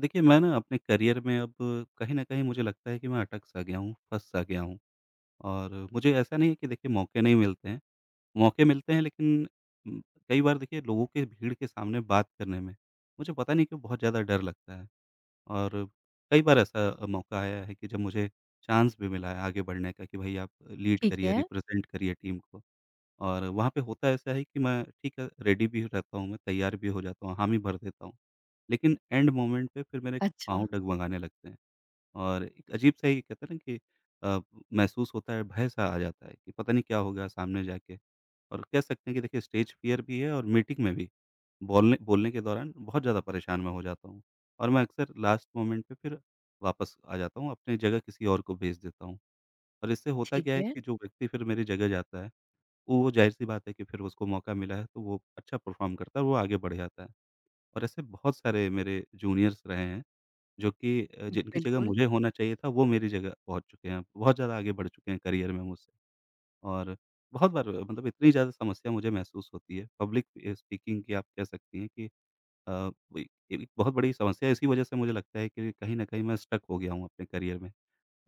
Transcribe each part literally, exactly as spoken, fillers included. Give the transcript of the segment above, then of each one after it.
देखिए, मैं ना अपने करियर में अब कहीं न कहीं मुझे लगता है कि मैं अटक-सा गया हूँ, फँस-सा गया हूँ। और मुझे ऐसा नहीं है कि देखिए मौके नहीं मिलते हैं। मौके मिलते हैं, लेकिन उम, कई बार देखिए लोगों के भीड़ के सामने बात करने में, मुझे पता नहीं क्यों बहुत ज़्यादा डर लगता है। और कई बार ऐसा अ, मौका आया है कि जब मुझे चांस भी मिला है आगे बढ़ने का कि भई आप लीड ठीक करिए, है। रिप्रेज़ेंट करिए टीम को। और वहाँ पे होता ऐसा है कि मैं ठीक है रेडी भी रहता हूँ मैं, तैयार भी हो जाता हूँ, हामी भर देता हूँ। लेकिन एंड मोमेंट पे फिर मेरे अच्छा, पाँव डगमगाने लगते हैं और एक अजीब-सा ये कहते हैं ना कि अ, महसूस होता है, भय-सा आ जाता है कि पता नहीं क्या हो गया सामने जाके। और कह सकते हैं कि देखिए स्टेज फ़ियर भी है और मीटिंग में भी, बोलने बोलने के दौरान बहुत ज़्यादा परेशान मैं हो जाता हूँ। और मैं अक्सर लास्ट मोमेंट पे फिर वापस आ जाता हूँ, अपनी जगह किसी और को भेज देता हूँ। और इससे होता ठीक क्या है है। कि जो व्यक्ति फिर मेरी जगह जाता है, वो ज़ाहिर-सी बात है कि फिर उसको मौका मिला है तो वो अच्छा परफ़ॉर्म करता है, वो आगे बढ़ जाता है। और ऐसे बहुत सारे मेरे जूनियर्स रहे हैं जो कि अ, जिनकी जगह बिल्कुल, मुझे होना चाहिए था, वो मेरी जगह पहुँच चुके हैं, बहुत ज़्यादा आगे बढ़ चुके हैं करियर में मुझसे। और बहुत बार मतलब इतनी ज़्यादा समस्या मुझे महसूस होती है, पब्लिक अ, स्पीकिंग की आप कह सकती हैं कि अ, वही एक एक बहुत बड़ी समस्या है। इसी वज़ह से मुझे लगता है कि कहीं न कहीं मैं स्टक हो गया हूँ अपने करियर में।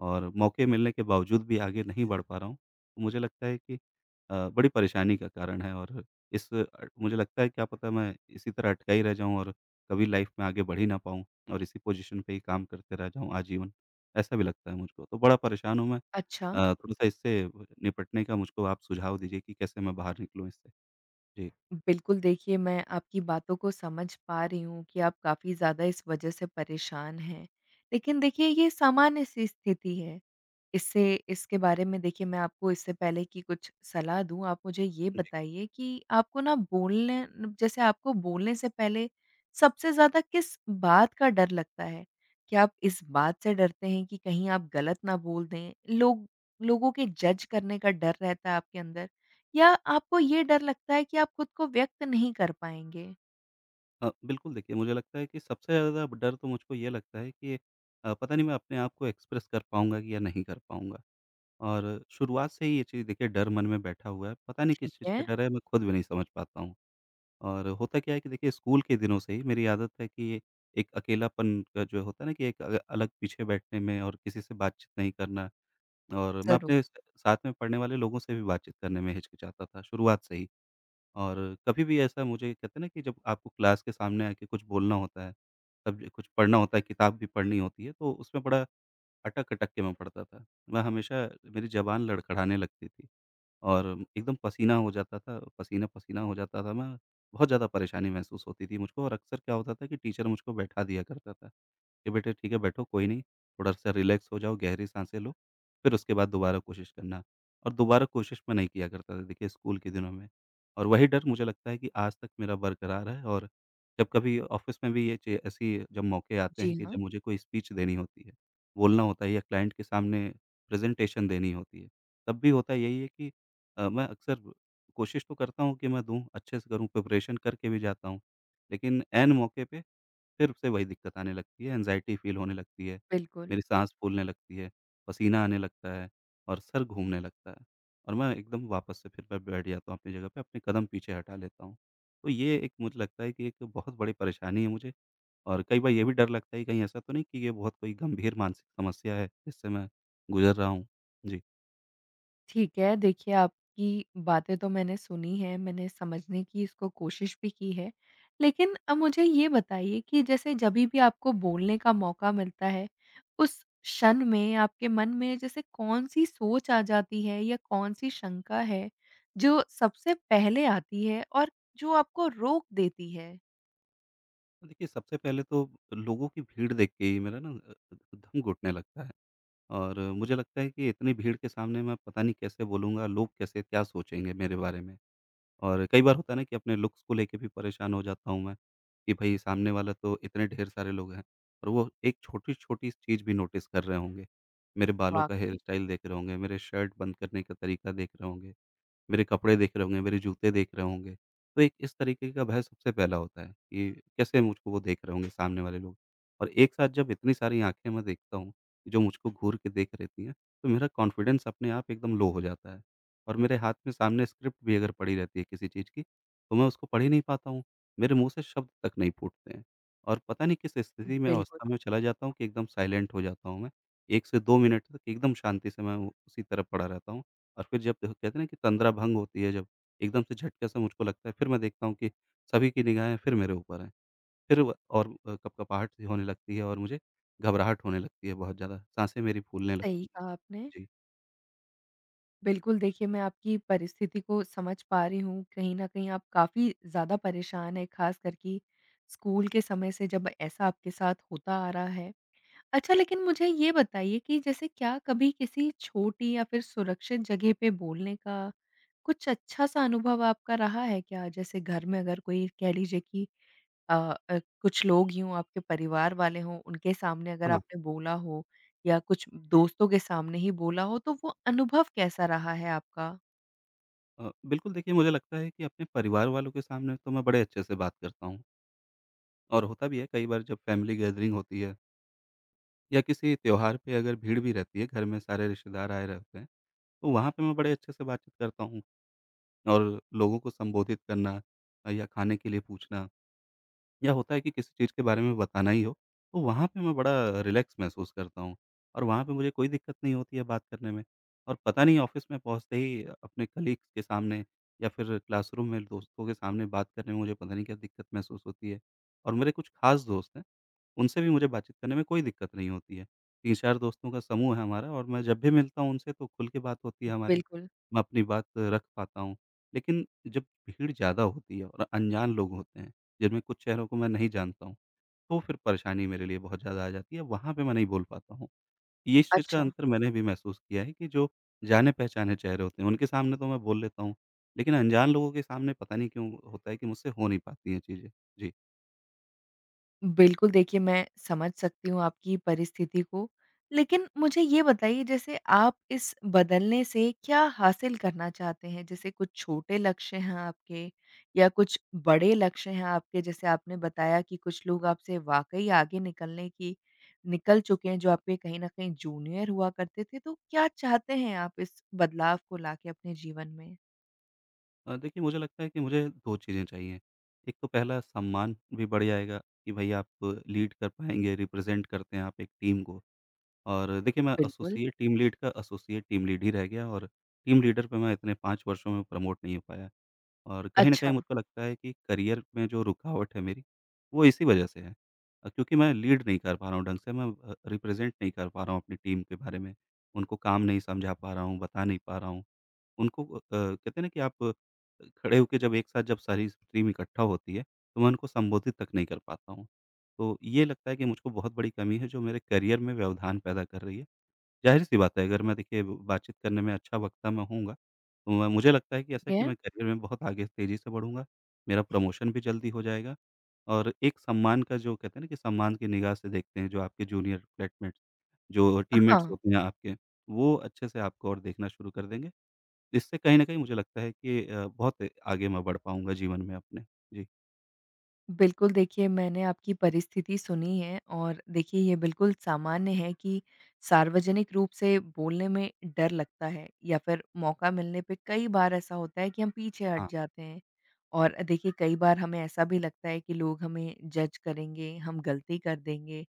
और मौके मिलने के बावजूद भी आगे नहीं बढ़ पा रहा हूँ। तो मुझे लगता है कि अ, बड़ी परेशानी का कारण है। और इस अ, मुझे लगता है क्या पता मैं इसी तरह अटका ही रह जाऊँ और कभी लाइफ में आगे बढ़ ही ना पाऊँ और इसी पोज़ीशन पे ही काम करते रह जाऊँ आजीवन। ऐसा भी लगता है मुझको, तो बड़ा परेशान हूँ मैं। अच्छा। अ, थोड़ा-सा इससे निपटने का मुझको आप सुझाव दीजिए कि कैसे मैं बाहर निकलूँ इससे? जी। बिल्कुल, देखिए मैं आपकी बातों को समझ पा रही हूँ कि आप काफ़ी ज़्यादा इस वजह से परेशान हैं। लेकिन देखिए ये सामान्य सी स्थिति है। इससे इसके बारे में देखिए मैं आपको इससे पहले कि कुछ सलाह दूँ आप मुझे ये जी। बताइए कि आपको ना बोलने जैसे आपको बोलने से पहले सबसे ज़्यादा किस बात का डर लगता है? क्या आप इस बात से डरते हैं कि कहीं आप गलत ना बोल दें? लोग लोगों के जज करने का डर रहता है आपके अंदर? या आपको ये डर लगता है कि आप खुद को व्यक्त नहीं कर पाएँगे, अ, बिल्कुल देखिए, मुझे लगता है कि सबसे ज़्यादा डर तो मुझको ये लगता है कि अ, पता नहीं मैं अपने आप को एक्सप्रेस कर पाऊँगा कि या नहीं कर पाऊँगा। और शुरुआत से ही ये चीज़ देखिए डर मन में बैठा हुआ है, पता नहीं ठीक, ठीक किस चीज़ है। का डर है मैं खुद भी नहीं समझ पाता हूँ। और होता क्या है कि देखिए स्कूल के दिनों से ही मेरी आदत है कि एक अकेलापन का जो होता है ना कि एक अ, अलग पीछे बैठने में और किसी से बातचीत नहीं करना और मैं ज़रूर। अपने स साथ में पढ़ने वाले लोगों से भी बातचीत करने में हिचकिचाता था शुरुआत से ही। और कभी भी ऐसा मुझे कहते हैं ना कि जब आपको क्लास के सामने आके कुछ बोलना होता है, तब कुछ पढ़ना होता है, किताब भी पढ़नी होती है तो उसमें बड़ा अटक-अटक के मैं पढ़ता था। मैं हमेशा, मेरी ज़बान लड़खड़ाने लगती थी और एकदम पसीना हो जाता था, पसीना-पसीना हो जाता था मैं। बहुत ज़्यादा परेशानी महसूस होती थी मुझको और अक्सर क्या होता था कि टीचर मुझको बैठा दिया करता था, कि बेटे ठीक है बैठो कोई नहीं, थोड़ा-सा रिलैक्स हो जाओ, गहरी साँसें लो, फिर उसके बाद दोबारा कोशिश करना। और दोबारा कोशिश मैं नहीं किया करता था देखिए स्कूल के दिनों में। और वही डर मुझे लगता है कि आज तक मेरा बरकरार है और जब कभी ऑफ़िस में भी ये चे ऐसी जब मौके आते जी। हैं कि हाँ, जब मुझे कोई स्पीच देनी होती है, बोलना होता है या क्लाइंट के सामने प्रेज़ेंटेशन देनी होती है, तब भी होता यही है कि अ, मैं अक्सर कोशिश तो करता हूँ कि मैं दूँ, अच्छे से करूँ, प्रिपरेशन करके भी जाता हूँ, लेकिन ऐन मौके पे फिर से वही दिक्कत आने लगती है, एंग्ज़ायटी फ़ील होने लगती है, बिल्कुल, मेरी साँस फूलने लगती है, पसीना आने लगता है और सर घूमने लगता है और मैं एकदम वापस से फिर मैं बैठ जाता हूँ अपनी जगह पे, अपने कदम पीछे हटा लेता हूँ। तो ये एक मुझे लगता है कि एक बहुत बड़ी परेशानी है मुझे। और कई बार ये भी डर लगता है, कहीं ऐसा तो नहीं कि ये बहुत कोई गंभीर मानसिक समस्या है, जिससे मैं गुज़र रहा हूँ? जी। ठीक है। देखिए, आपकी बातें तो मैंने सुनी हैं, मैंने समझने की इसको कोशिश भी की है। लेकिन अब मुझे ये बताइए कि जैसे जभी भी आपको बोलने का मौका मिलता है, उस क्षण में आपके मन में जैसे कौन-सी सोच आ जाती है या कौन-सी शंका है, जो सबसे पहले आती है और जो आपको रोक देती है? तो देखिए, सबसे पहले तो लोगों की भीड़ देख के ही मेरा ना अ, दम घुटने लगता है और मुझे लगता है कि इतनी भीड़ के सामने मैं पता नहीं कैसे बोलूँगा, लोग कैसे क्या सोचेंगे मेरे बारे में? और कई बार होता है ना कि अपने लुक्स को लेके भी परेशान हो जाता हूँ मैं, कि भई सामने वाला तो इतने ढेर सारे लोग हैं और वो एक छोटी-छोटी चीज़ भी नोटिस कर रहे होंगे। मेरे बालों का हेयर वाक़ई, स्टाइल देख रहे होंगे, मेरे शर्ट बंद करने का तरीका देख रहे होंगे। मेरे कपड़े देख रहे होंगे, मेरे जूते देख रहे होंगे। तो एक इस तरीके का भय सबसे पहला होता है कि कैसे मुझको वो देख रहे होंगे सामने वाले लोग। और एक साथ जब इतनी सारी आँखें मैं देखता हूँ, जो मुझको घूर के देख रहती हैं, तो मेरा कॉन्फिडेंस अपने आप एकदम लो हो जाता है। और मेरे हाथ में सामने स्क्रिप्ट भी अगर पड़ी रहती है किसी चीज़ की, तो मैं उसको पढ़ ही नहीं पाता हूँ। मेरे मुँह से शब्द तक नहीं फूटते हैं। और पता नहीं किस स्थिति में, बिल्कुल। अवस्था में चला जाता हूँ कि एकदम साइलेंट हो जाता हूँ मैं। एक से दो मिनट तक एकदम शांति से मैं वो- उसी तरफ पड़ा रहता हूँ। और फिर जब देखो कहते हैं ना कि तंद्रा भंग होती है जब, एकदम से झटके से मुझको लगता है फिर मैं देखता हूँ कि सभी की निगाहें फिर मेरे ऊपर हैं। फिर व और अ, कपकपाहट सी होने लगती है और मुझे घबराहट होने लगती है बहुत ज़्यादा, साँसें मेरी फूलने सही लगती हैं। कहा आपने। जी। बिल्कुल, देखिए मैं आपकी परिस्थिति को समझ पा रही हूँ। कहीं न कहीं आप काफ़ी ज़्यादा परेशान हैं, ख़ासकर कि स्कूल के समय से जब ऐसा आपके साथ होता आ रहा है। अच्छा लेकिन मुझे ये बताइए कि जैसे क्या कभी किसी छोटी या फिर सुरक्षित जगह पे बोलने का कुछ अच्छा-सा अनुभव आपका रहा है क्या? जैसे घर में अगर कोई कह लीजिए कि अ अ, कुछ लोग ही हों, आपके परिवार वाले हों, उनके सामने अगर हाँ, आपने बोला हो या कुछ दोस्तों के सामने ही बोला हो, तो वो अनुभव कैसा रहा है आपका? अ, बिल्कुल देखिए मुझे लगता है कि अपने परिवार वालों के सामने तो मैं बड़े अच्छे से बात करता हूँ और होता भी है कई बार जब फैमिली गैदरिंग होती है या किसी त्योहार पे अगर भीड़ भी रहती है, घर में सारे रिश्तेदार आए रहते हैं, तो वहाँ पे मैं बड़े अच्छे से बातचीत करता हूँ और लोगों को संबोधित करना अ, या खाने के लिए पूछना या होता है कि किसी चीज़ के बारे में बताना ही हो, तो वहाँ पे मैं बड़ा रिलैक्स महसूस करता हूँ और वहाँ पे मुझे कोई दिक्कत नहीं होती है बात करने में। और पता नहीं ऑफ़िस में पहुँचते ही अपने कलीग्स के सामने या फिर क्लासरूम में दोस्तों के सामने बात करने में मुझे पता नहीं क्या दिक्कत महसूस होती है। और मेरे कुछ ख़ास दोस्त हैं उनसे भी मुझे बातचीत करने में कोई दिक्कत नहीं होती है। तीन चार दोस्तों का समूह है हमारा और मैं जब भी मिलता हूँ उनसे तो खुल के बात होती है हमारी। बिल्कुल, मैं अपनी बात रख पाता हूँ। लेकिन जब भीड़ ज़्यादा होती है और अनजान लोग होते हैं, जिनमें कुछ चेहरों को मैं नहीं जानता हूँ, तो फिर परेशानी मेरे लिए बहुत ज़्यादा आ जाती है, वहाँ पे मैं नहीं बोल पाता हूँ। ये इस चीज़ का अच्छा। अंतर मैंने भी महसूस किया है कि जो जाने-पहचाने चेहरे होते हैं, उनके सामने तो मैं बोल लेता हूँ। लेकिन अनजान लोगों के सामने पता नहीं क्यों होता है कि मुझसे हो नहीं पाती हैं चीज़ें। जी। बिल्कुल, देखिए मैं समझ सकती हूँ आपकी परिस्थिति को। लेकिन मुझे ये बताइए जैसे आप इस बदलने से क्या हासिल करना चाहते हैं? जैसे कुछ छोटे लक्ष्य हैं आपके या कुछ बड़े लक्ष्य हैं आपके? जैसे आपने बताया कि कुछ लोग आपसे वाक़ई आगे निकलने की निकल चुके हैं जो आपके कहीं न कहीं जूनियर हुआ करते थे। तो क्या चाहते हैं आप इस बदलाव को लाके अपने जीवन में? अ, देखिए मुझे लगता है कि मुझे दो चीज़ें चाहिए। एक तो पहला सम्मान भी बढ़ जाएगा कि भई आप लीड कर पाएँगे, रिप्रेज़ेंट करते हैं आप एक टीम को और देखिए मैं बिल्कुल। एसोसिएट टीम लीड का एसोसिएट टीम लीड ही रह गया और टीम लीडर पे मैं इतने पाँच वर्षों में प्रमोट नहीं हो पाया। और कहीं न कहीं अच्छा। मुझको लगता है कि करियर में जो रुकावट है मेरी, वो इसी वजह से है। अ, क्योंकि मैं लीड नहीं कर पा रहा हूँ ढंग से, मैं अ, रिप्रेज़ेंट नहीं कर पा रहा हूँ अपनी टीम के बारे में। उनको काम नहीं समझा पा रहा हूँ, बता नहीं पा रहा हूँ। उनको अ, कहते हैं ना कि आप अ, खड़े होके जब एक साथ जब सारी टीम इकट्ठा होती है, तो मैं उनको संबोधित तक नहीं कर पाता हूँ। तो ये लगता है कि मुझको बहुत बड़ी कमी है जो मेरे करियर में व्यवधान पैदा कर रही है। ज़ाहिर-सी बात है, अगर मैं देखिए बातचीत करने में अच्छा वक्ता मैं हूँगा, तो मैं मुझे लगता है कि ऐसा ठीक कि है। मैं करियर में बहुत आगे तेज़ी से बढ़ूँगा, मेरा प्रमोशन भी जल्दी हो जाएगा और एक सम्मान का जो कहते हैं ना कि सम्मान की निगाह से देखते हैं जो आपके जूनियर फ्लैटमेट्स, जो टीममेट्स हाँ। होते हैं आपके, वो अच्छे से आपको और देखना शुरू कर देंगे। इससे कहीं न कहीं मुझे लगता है कि अ, बहुत आगे मैं बढ़ पाऊँगा जीवन में अपने। जी, बिल्कुल, देखिए मैंने आपकी परिस्थिति सुनी है और देखिए ये बिल्कुल सामान्य है कि सार्वजनिक रूप से बोलने में डर लगता है या फिर मौका मिलने पे कई बार ऐसा होता है कि हम पीछे हाँ, हट जाते हैं। और देखिए कई बार हमें ऐसा भी लगता है कि लोग हमें जज करेंगे, हम गलती कर देंगे।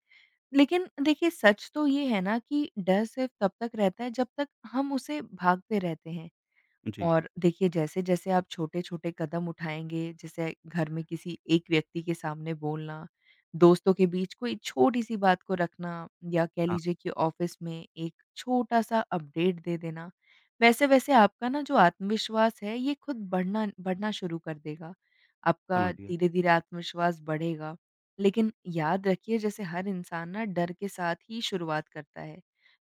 लेकिन देखिए सच तो ये है ना कि डर सिर्फ़ तब तक रहता है जब तक हम उसे भागते रहते हैं। जी, और देखिए जैसे-जैसे आप छोटे-छोटे कदम उठाएँगे, जैसे घर में किसी एक व्यक्ति के सामने बोलना, दोस्तों के बीच कोई छोटी-सी बात को रखना या कह हाँ, लीजिए कि ऑफ़िस में एक छोटा-सा अपडेट दे देना, वैसे-वैसे आपका ना जो आत्मविश्वास है ये खुद बढ़ना बढ़ना शुरू कर देगा। आपका समझ गया। धीरे-धीरे आत्मविश्वास बढ़ेगा। लेकिन याद रखिए जैसे हर इंसान ना डर के साथ ही शुरुआत करता है।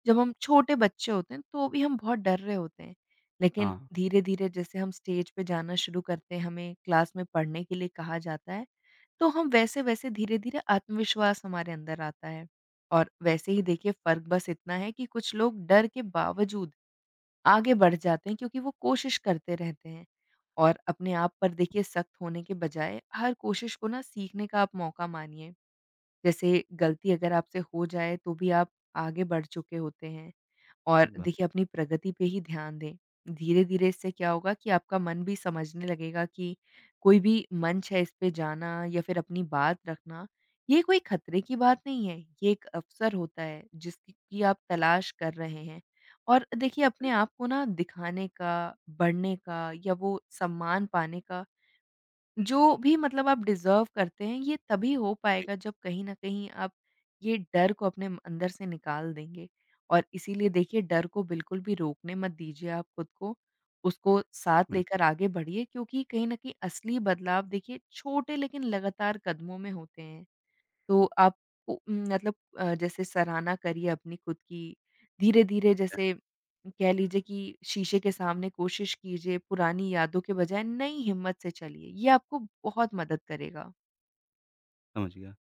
जब हम छोटे बच्चे होते हैं तो भी हम बहुत डर रहे होते हैं। लेकिन हाँ, धीरे-धीरे जैसे हम स्टेज पे जाना शुरू करते हैं, हमें क्लास में पढ़ने के लिए कहा जाता है, तो हम वैसे-वैसे धीरे-धीरे आत्मविश्वास हमारे अंदर आता है। और वैसे ही देखिए फ़र्क बस इतना है कि कुछ लोग डर के बावजूद आगे बढ़ जाते हैं क्योंकि वो कोशिश करते रहते हैं। और अपने आप पर देखिए सख्त होने के बजाय हर कोशिश को ना सीखने का आप मौका मानिए। जैसे गलती अगर आपसे हो जाए तो भी आप आगे बढ़ चुके होते हैं। और ठीक बात, देखिए अपनी प्रगति पे ही ध्यान दें। धीरे-धीरे इससे क्या होगा कि आपका मन भी समझने लगेगा कि कोई भी मंच है इस पे जाना या फिर अपनी बात रखना, ये कोई खतरे की बात नहीं है, ये एक अवसर होता है जिसकी की आप तलाश कर रहे हैं। और देखिए ठीक है। अपने आप को ना दिखाने का, बढ़ने का या वो सम्मान पाने का जो भी मतलब आप डिज़र्व करते हैं, ये तभी हो जी, पाएगा जब कहीं न कहीं आप ये डर को अपने अंदर से निकाल देंगे। और इसीलिए देखिए डर को बिल्कुल भी रोकने मत दीजिए आप खुद को, उसको साथ मैं लेकर आगे बढ़िए क्योंकि कहीं न कहीं असली बदलाव देखिए छोटे लेकिन लगातार कदमों में होते हैं। तो आप को मतलब अ, जैसे सराहना करिए अपनी खुद की, धीरे-धीरे मैं जैसे कह लीजिए कि शीशे के सामने कोशिश कीजिए, पुरानी यादों के बजाय नई हिम्मत से चलिए, ये आपको बहुत मदद करेगा। समझ गया।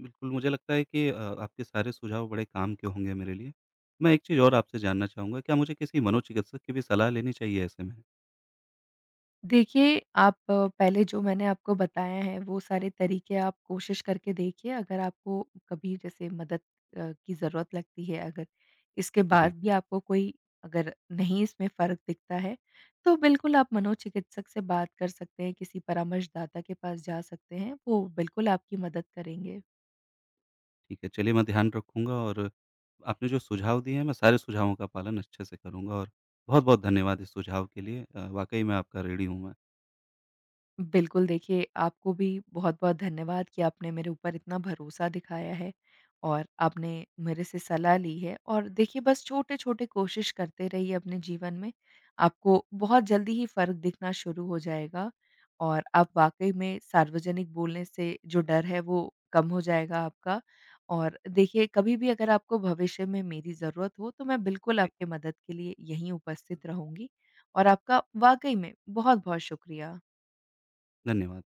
बिल्कुल, मुझे लगता है कि अ, आपके सारे सुझाव बड़े काम के होंगे मेरे लिए। मैं एक चीज़ और आपसे जानना चाहूँगा, क्या मुझे किसी मनोचिकित्सक की भी सलाह लेनी चाहिए ऐसे में? देखिए, आप अ, पहले जो मैंने आपको बताया है, वो सारे तरीके आप कोशिश करके देखिए। अगर आपको कभी जैसे मदद अ, की ज़रूरत लगती है, अगर इसके जी, बाद भी आपको कोई अगर नहीं इसमें फ़र्क दिखता है, तो बिल्कुल आप मनोचिकित्सक से बात कर सकते हैं, किसी परामर्शदाता के पास जा सकते हैं, वो बिल्कुल आपकी मदद करेंगे। ठीक है, चलिए मैं ध्यान रखूँगा और आपने जो सुझाव दिए हैं, मैं सारे सुझावों का पालन अच्छे से करूँगा और बहुत-बहुत धन्यवाद इस सुझाव के लिए। अ, वाक़ई में आपका ऋणी हूँ मैं। बिल्कुल, देखिए आपको भी बहुत-बहुत धन्यवाद कि आपने मेरे ऊपर इतना भरोसा दिखाया है और आपने मेरे से सलाह ली है और देखिए बस छोटे-छोटे कोशिश करते रहिए अपने जीवन में, आपको बहुत जल्दी ही फ़र्क दिखना शुरू हो जाएगा और आप वाक़ई में सार्वजनिक बोलने से जो डर है वो कम हो जाएगा आपका। और देखिए कभी भी अगर आपको भविष्य में मेरी ज़रूरत हो तो मैं बिल्कुल जी, आपकी मदद के लिए यहीं उपस्थित रहूँगी और आपका वाक़ई में बहुत-बहुत शुक्रिया। धन्यवाद।